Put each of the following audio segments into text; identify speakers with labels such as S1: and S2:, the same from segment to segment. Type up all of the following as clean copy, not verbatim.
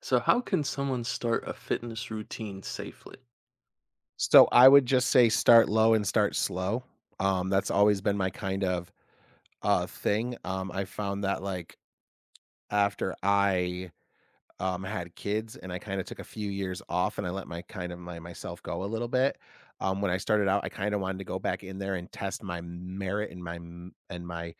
S1: So how can someone start a fitness routine safely?
S2: So I would just say start low and start slow. That's always been my kind of thing. I found that like after I had kids and I kind of took a few years off and I let my kind of my myself go a little bit. When I started out, I kind of wanted to go back in there and test my merit and my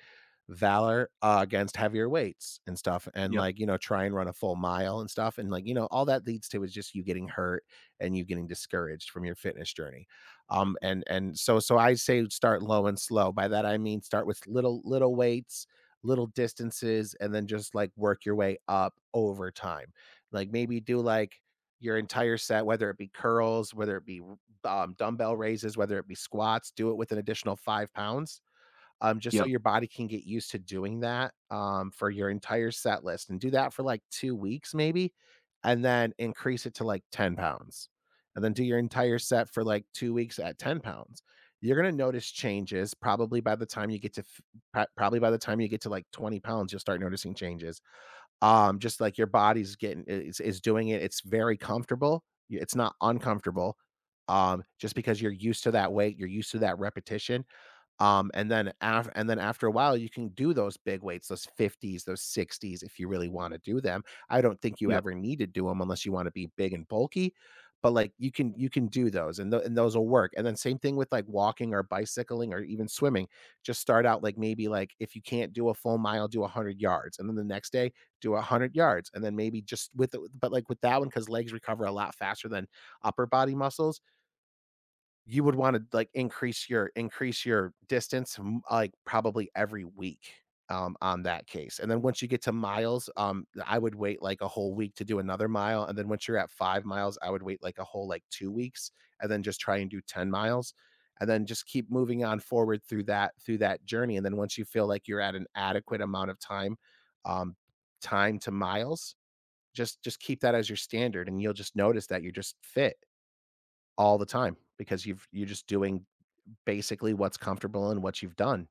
S2: valor against heavier weights and stuff and
S1: Yeah,
S2: like try and run a full mile and stuff and like all that leads to is just you getting hurt and you getting discouraged from your fitness journey and so I say start low and slow by that I mean start with little weights little distances and then just like work your way up over time like maybe do like your entire set whether it be curls whether it be dumbbell raises whether it be squats do it with an additional $5. Just so
S1: yeah,
S2: your body can get used to doing that, for your entire set list and do that for like 2 weeks maybe, and then increase it to like $10, and then do your entire set for like 2 weeks at $10. You're gonna notice changes probably by the time you get to f pro probably by the time you get to like $20, you'll start noticing changes. Just like your body's getting is doing it, it's very comfortable, y it's not uncomfortable, just because you're used to that weight, you're used to that repetition. And then after a while, you can do those big weights, those 50s, those 60s if you really wanna do them. I don't think you
S1: yeah.
S2: ever need to do them unless you wanna be big and bulky, but, like, you can do those, and those will work, and then same thing with, like, walking or bicycling or even swimming. Just start out, like, maybe, like, if you can't do a full mile, do 100 yards, and then the next day, do 100 yards, and then maybe just with the but, like, with that one because legs recover a lot faster than upper body muscles, you would wanna, like, increase your distance, m like, probably every week, on that case, and then once you get to miles, I would wait, like, a whole week to do another mile, and then once you're at 5 miles, I would wait, like, a whole, like, 2 weeks, and then just try and do 10 miles, and then just keep moving on forward through that journey, and then once you feel like you're at an adequate amount of time, um, time to miles, just keep that as your standard, and you'll just notice that you're just fit all the time because you're just doing basically what's comfortable and what you've done.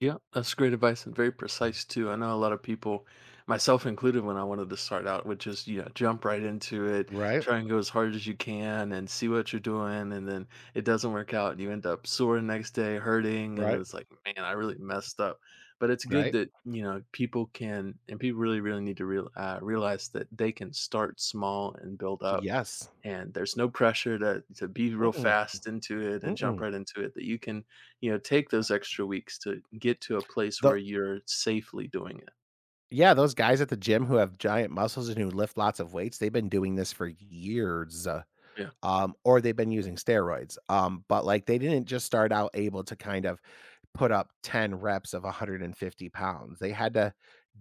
S1: Yeah, that's great advice and very precise too. I know a lot of people, myself included, when I wanted to start out, would just, you know, jump right into it,
S2: Right,
S1: try and go as hard as you can and see what you're doing. And then it doesn't work out. And You end up sore the next day, hurting. And
S2: right.
S1: it's like, man, I really messed up. But it's good
S2: Right?
S1: that, you know, people can, and people really, really need to realize that they can start small and build up.
S2: Yes.
S1: And there's no pressure to be real
S2: Mm-mm,
S1: fast into it and jump
S2: mm-mm.
S1: right into it, that you can you know, take those extra weeks to get to a place where
S2: The
S1: you're safely doing it.
S2: Yeah, those guys at the gym who have giant muscles and who lift lots of weights, they've been doing this for years,
S1: Yeah.
S2: or they've been using steroids. But, like, they didn't just start out able to kind of put up 10 reps of $150. They had to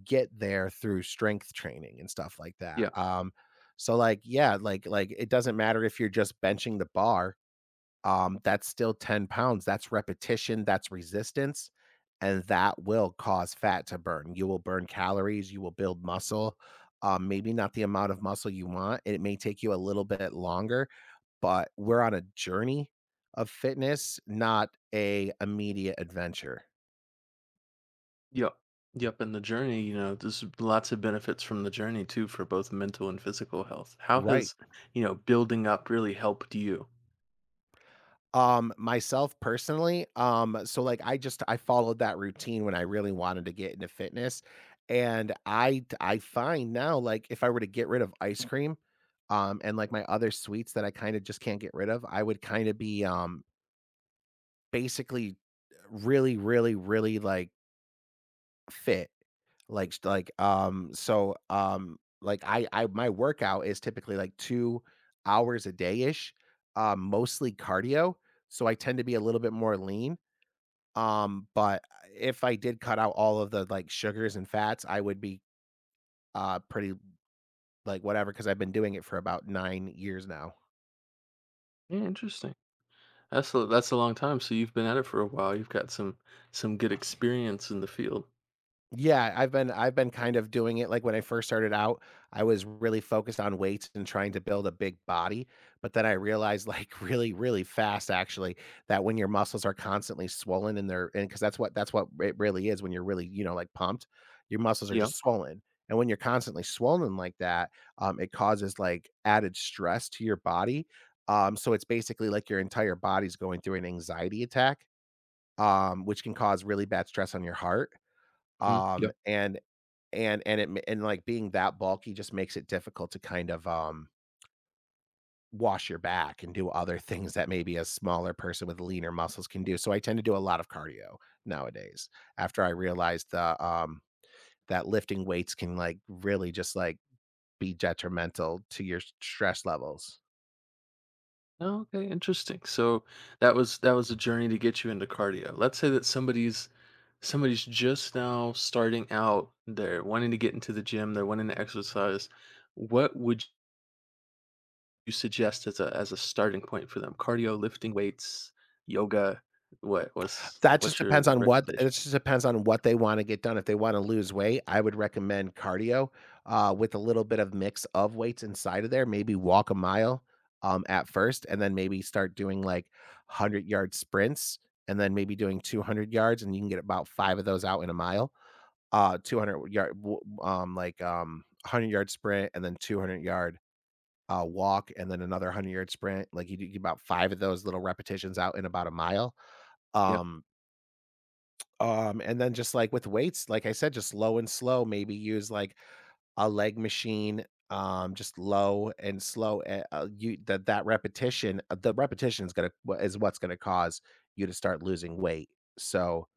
S2: get there through strength training and stuff like that.
S1: Yeah.
S2: So, like, yeah, like, it doesn't matter if you're just benching the bar that's still $10. That's repetition, that's resistance, and that will cause fat to burn. You will burn calories, you will build muscle. Maybe not the amount of muscle you want. It may take you a little bit longer, but we're on a journey of fitness, not a immediate adventure.
S1: Yep. Yep. And the journey, you know, there's lots of benefits from the journey too for both mental and physical health. How
S2: Right.
S1: has, you know, building up really helped you?
S2: Myself personally, so, like, I followed that routine when I really wanted to get into fitness, and I find now, like, if I were to get rid of ice cream, and, like, my other sweets that I kinda just can't get rid of, I would kinda be, basically, really, really, really, like, fit. Like st like, so, like, I my workout is typically, like, 2 hours a day-ish, mostly cardio, so I tend to be a little bit more lean. But if I did cut out all of the, like, sugars and fats, I would be, pretty, like, whatever because 'cause I've been doing it for about 9 years now.
S1: Yeah, interesting. That's a long time. So you've been at it for a while. You've got some good experience in the field.
S2: Yeah, I've been kind of doing it, like, when I first started out, I was really focused on weights and trying to build a big body, but then I realized, like, really, really fast, actually, that when your muscles are constantly swollen and they're and because that's what it really is when you're really, you know, like, pumped, your muscles are
S1: Yeah.
S2: just swollen, and when you're constantly swollen like that, it causes, like, added stress to your body, so it's basically like your entire body's going through an anxiety attack, which can cause really bad stress on your heart,
S1: Yeah.
S2: um, and and it ma and, like, being that bulky just makes it difficult to kind of, wash your back and do other things that maybe a smaller person with leaner muscles can do, so I tend to do a lot of cardio nowadays after I realized that lifting weights can, like, really just, like, be detrimental to your stress levels.
S1: Oh, okay, interesting. So that was a journey to get you into cardio. Let's say that somebody's just now starting out, they're wanting to get into the gym, they're wanting to exercise, what would you suggest as a starting point for them? Cardio, lifting weights, yoga,
S2: That just
S1: what's your
S2: depends on
S1: recommendation?
S2: what they wanna get done. If they wanna lose weight, I would recommend cardio, with a little bit of mix of weights inside of there, maybe walk a mile, at first, and then maybe start doing, like, hundred-yard sprints, and then maybe doing 200 yards, and you can get about 5 of those out in a mile. Uh, 200 yard w um, like, um, Hundred-yard sprint and then 200-yard, walk, and then another hundred-yard sprint. Like, you get about 5 of those little repetitions out in about a mile.
S1: Yeah.
S2: Um and then just, like, with weights, like I said, just low and slow, maybe use, like, a leg machine, just low and slow, eh, you that that repetition the repetition is gonna wha is what's gonna cause you to start losing weight. So,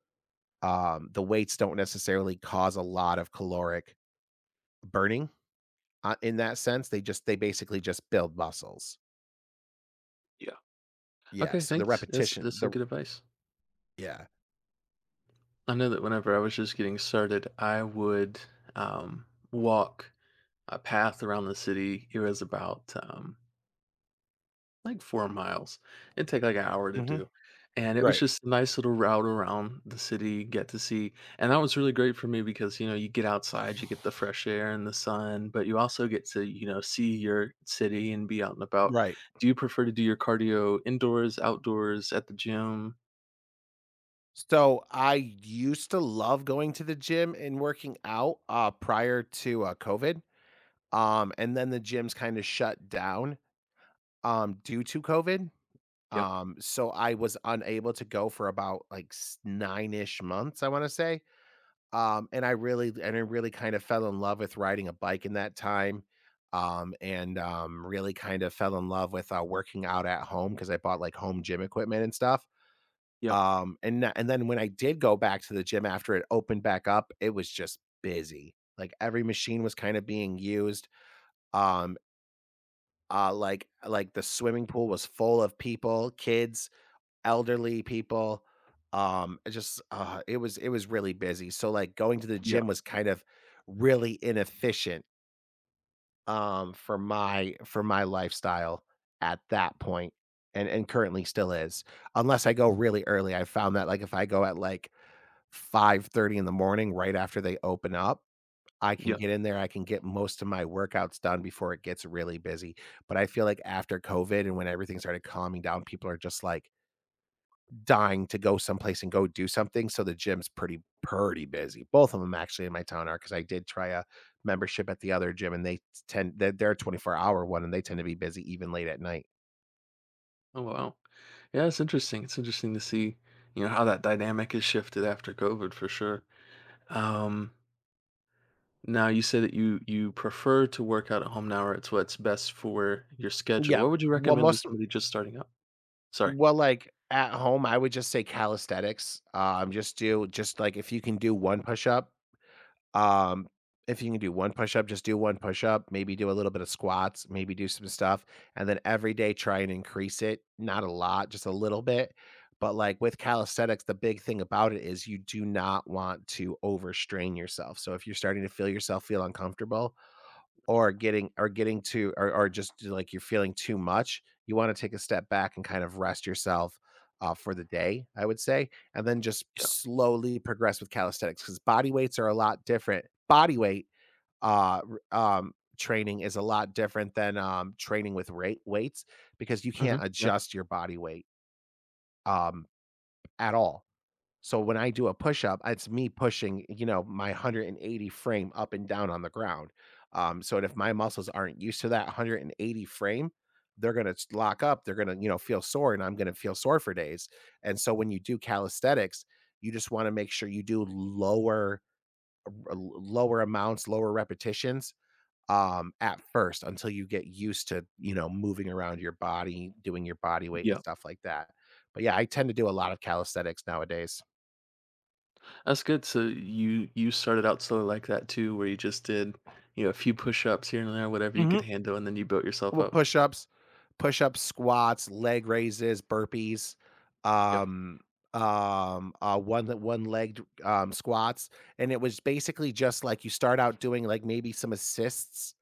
S2: the weights don't necessarily cause a lot of caloric burning, in that sense, they basically just build muscles.
S1: Yeah.
S2: Yeah,
S1: Okay,
S2: so the
S1: thanks.
S2: repetition
S1: That's some
S2: the
S1: good advice.
S2: Yeah.
S1: I know that whenever I was just getting started, I would um walk a path around the city. It was about like 4 miles. It'd take like an hour to
S2: Mhm.
S1: do, and it was
S2: Right,
S1: just a nice little route around the city, get to see and that was really great for me because, you know, you get outside, you get the fresh air and the sun, but you also get to, you know, see your city and be out and about.
S2: right.
S1: Do you prefer to do your cardio indoors, outdoors, at the gym?
S2: So I used to love going to the gym and working out, prior to, COVID, and then the gyms kinda shut down, due to COVID,
S1: Yep,
S2: so I was unable to go for about, like, 9-ish months, I wanna say, and I really kind of fell in love with riding a bike in that time, and really kind of fell in love with, working out at home because I bought, like, home gym equipment and stuff,
S1: yep,
S2: and then when I did go back to the gym after it opened back up, it was just busy. Like, every machine was kinda being used. Um, like, the swimming pool was full of people, kids, elderly people. It was really busy. So, like, going to the
S1: yep,
S2: gym was kind of really inefficient, for my lifestyle at that point, and currently still is. Unless I go really early, I found that, like, if I go at, like, 5:30 in the morning right after they open up. I can
S1: yep.
S2: get in there, I can get most of my workouts done before it gets really busy, but I feel like after COVID and when everything started calming down, people are just, like, dying to go someplace and go do something, so the gym's pretty busy. Both of them actually in my town are because I did try a membership at the other gym and they tend they're a 24 hour one and they tend to be busy even late at night.
S1: Oh, wow. Yeah, it's interesting. It's interesting to see, you know, how that dynamic has shifted after COVID for sure. Um Now you say that you prefer to work out at home now, or it's what's best for your schedule.
S2: Yeah.
S1: What would you
S2: Well,
S1: recommend to
S2: most
S1: somebody just starting out? Sorry.
S2: Well, like, at home, I would just say calisthenics. Just do just, like, if you can do 1 push-up, um, if you can do 1 push-up, just do 1 push-up, maybe do a little bit of squats, maybe do some stuff, and then every day try and increase it, not a lot, just a little bit, but, like, with calisthenics, the big thing about it is you do not want to overstrain yourself. So if you're starting to feel yourself feel uncomfortable, or getting to or just like you're feeling too much, you want to take a step back and kind of rest yourself for the day, I would say. And then just
S1: Yeah.
S2: slowly progress with calisthenics, because body weights are a lot different. Body weight training is a lot different than training with rate weights, because you can't
S1: Yeah.
S2: adjust your body weight um, at all. So when I do a push up, it's me pushing, you know, my 180 frame up and down on the ground. So if my muscles aren't used to that 180 frame, they're gonna lock up. They're gonna, you know, feel sore, and I'm gonna feel sore for days. And so when you do calisthenics, you just want to make sure you do lower, lower amounts, lower repetitions at first, until you get used to, you know, moving around your body, doing your body weight and
S1: Yeah.
S2: stuff like that. But yeah, I tend to do a lot of calisthenics nowadays.
S1: That's good. So you started out slowly like that too, where you just did you know a few push ups here and there, whatever you could
S2: Hmm.
S1: handle, and then you built yourself
S2: Well,
S1: up.
S2: push-ups, push-ups, squats, leg raises, burpees,
S1: Yeah.
S2: um, one-legged squats. And it was basically just like you start out doing like maybe some assists.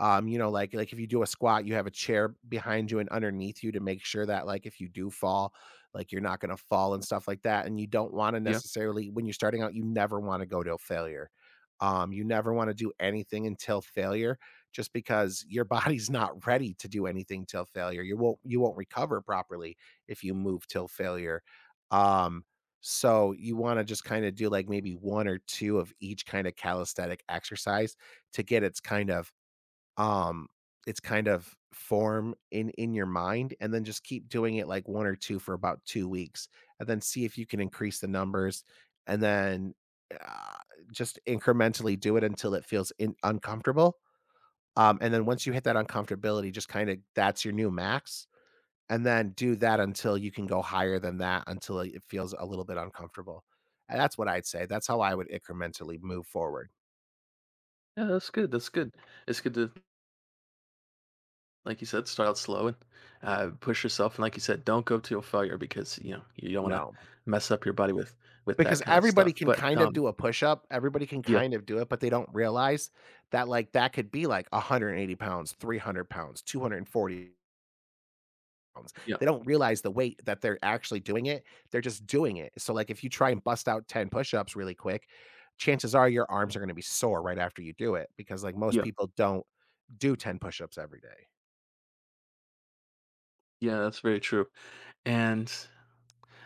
S2: You know, like if you do a squat, you have a chair behind you and underneath you to make sure that, like, if you do fall, like you're not gonna fall and stuff like that. And you don't want to
S1: Yeah.
S2: necessarily, when you're starting out, you never want to go to a failure. You never want to do anything until failure, just because your body's not ready to do anything till failure. You won't recover properly if you move till failure. Um, so you want to just kind of do like maybe one or two of each kind of calisthenic exercise to get its kind of um, it's kind of form in your mind, and then just keep doing it like 1 or 2 for about 2 weeks, and then see if you can increase the numbers, and then, uh, just incrementally do it until it feels in uncomfortable. And then once you hit that uncomfortability, just kinda, that's your new max. And then do that until you can go higher than that, until it feels a little bit uncomfortable. And that's what I'd say. That's how I would incrementally move forward.
S1: Yeah. That's good. That's good. It's good to like you said, start out slow and push yourself. And like you said, don't go to a failure because you know you don't want to
S2: No.
S1: mess up your body with that
S2: Because
S1: kind of
S2: everybody
S1: stuff.
S2: can
S1: But
S2: kind of do a push-up, everybody can
S1: yeah.
S2: kind of do it, but they don't realize that, like, that could be, like, 180 pounds, 300 pounds, 240 pounds.
S1: Yeah.
S2: They don't realize the weight that they're actually doing. It, they're just doing it. So, like, if you try and bust out 10 push-ups really quick, chances are your arms are gonna be sore right after you do it, because, like, most
S1: Yeah.
S2: people don't do 10 push-ups every day.
S1: Yeah, that's very true. And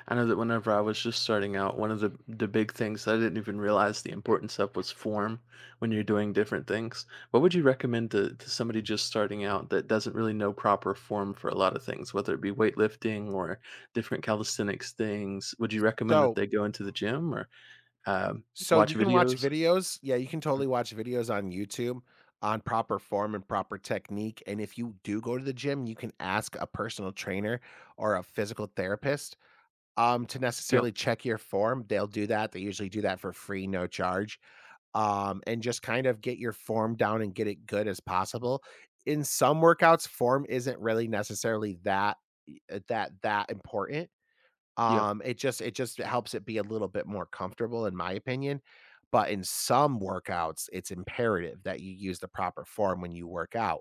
S1: I know that whenever I was just starting out, one of the big things that I didn't even realize the importance of was form when you're doing different things. What would you recommend to somebody just starting out that doesn't really know proper form for a lot of things, whether it be weightlifting or different calisthenics things? Would you recommend that
S2: So
S1: they go into the gym or um,
S2: So
S1: watch
S2: you can
S1: videos?
S2: watch videos. Yeah, you can
S1: Mm,
S2: totally watch videos on YouTube on proper form and proper technique. And if you do go to the gym, you can ask a personal trainer or a physical therapist to
S1: Yeah,
S2: necessarily check your form. They'll do that. They usually do that for free, no charge. And just kind of get your form down and get it good as possible. In some workouts, form isn't really necessarily that that important.
S1: yeah,
S2: It just, it just helps it be a little bit more comfortable in my opinion, but in some workouts, it's imperative that you use the proper form when you work out,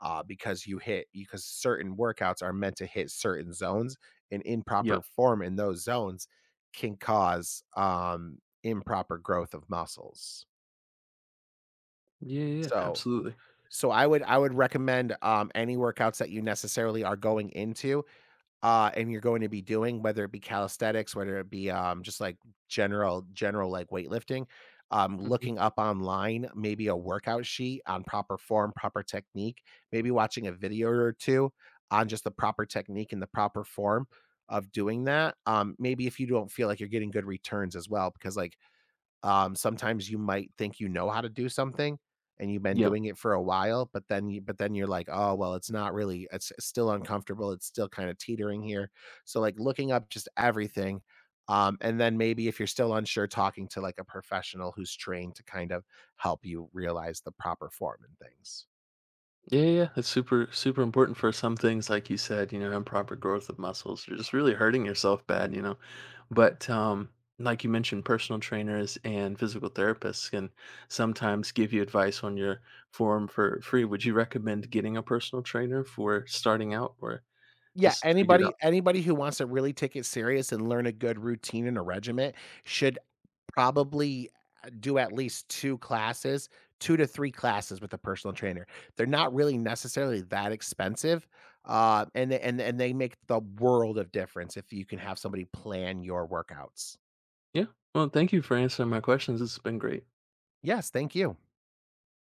S2: because you hit because certain workouts are meant to hit certain zones, and
S1: yeah,
S2: improper form in those zones can cause, improper growth of muscles.
S1: yeah,
S2: So
S1: absolutely.
S2: so I would, I would recommend, any workouts that you necessarily are going into and you're going to be doing, whether it be calisthenics, whether it be, just like general like weightlifting,
S1: Mhm.
S2: looking up online maybe a workout sheet on proper form, proper technique, maybe watching a video or two on just the proper technique and the proper form of doing that. Maybe if you don't feel like you're getting good returns as well, because like, sometimes you might think you know how to do something and you've been
S1: Yeah.
S2: doing it for a while, but then you but then you're like, "Oh, well, it's not really, it's still uncomfortable. It's still kind of teetering here." So like looking up just everything, and then maybe if you're still unsure, talking to like a professional who's trained to kind of help you realize the proper form and things.
S1: Yeah, it's super, super important for some things, like you said, you know, improper growth of muscles. You're just really hurting yourself bad, you know. But like you mentioned, personal trainers and physical therapists can sometimes give you advice on your form for free. Would you recommend getting a personal trainer for starting out or
S2: Yeah,
S1: just figure it out?
S2: anybody who wants to really take it serious and learn a good routine and a regiment should probably do at least 2 classes, 2 to 3 classes with a personal trainer. They're not really necessarily that expensive, and they make the world of difference if you can have somebody plan your workouts.
S1: Yeah. Well, thank you for answering my questions. It's been great.
S2: Yes, thank you.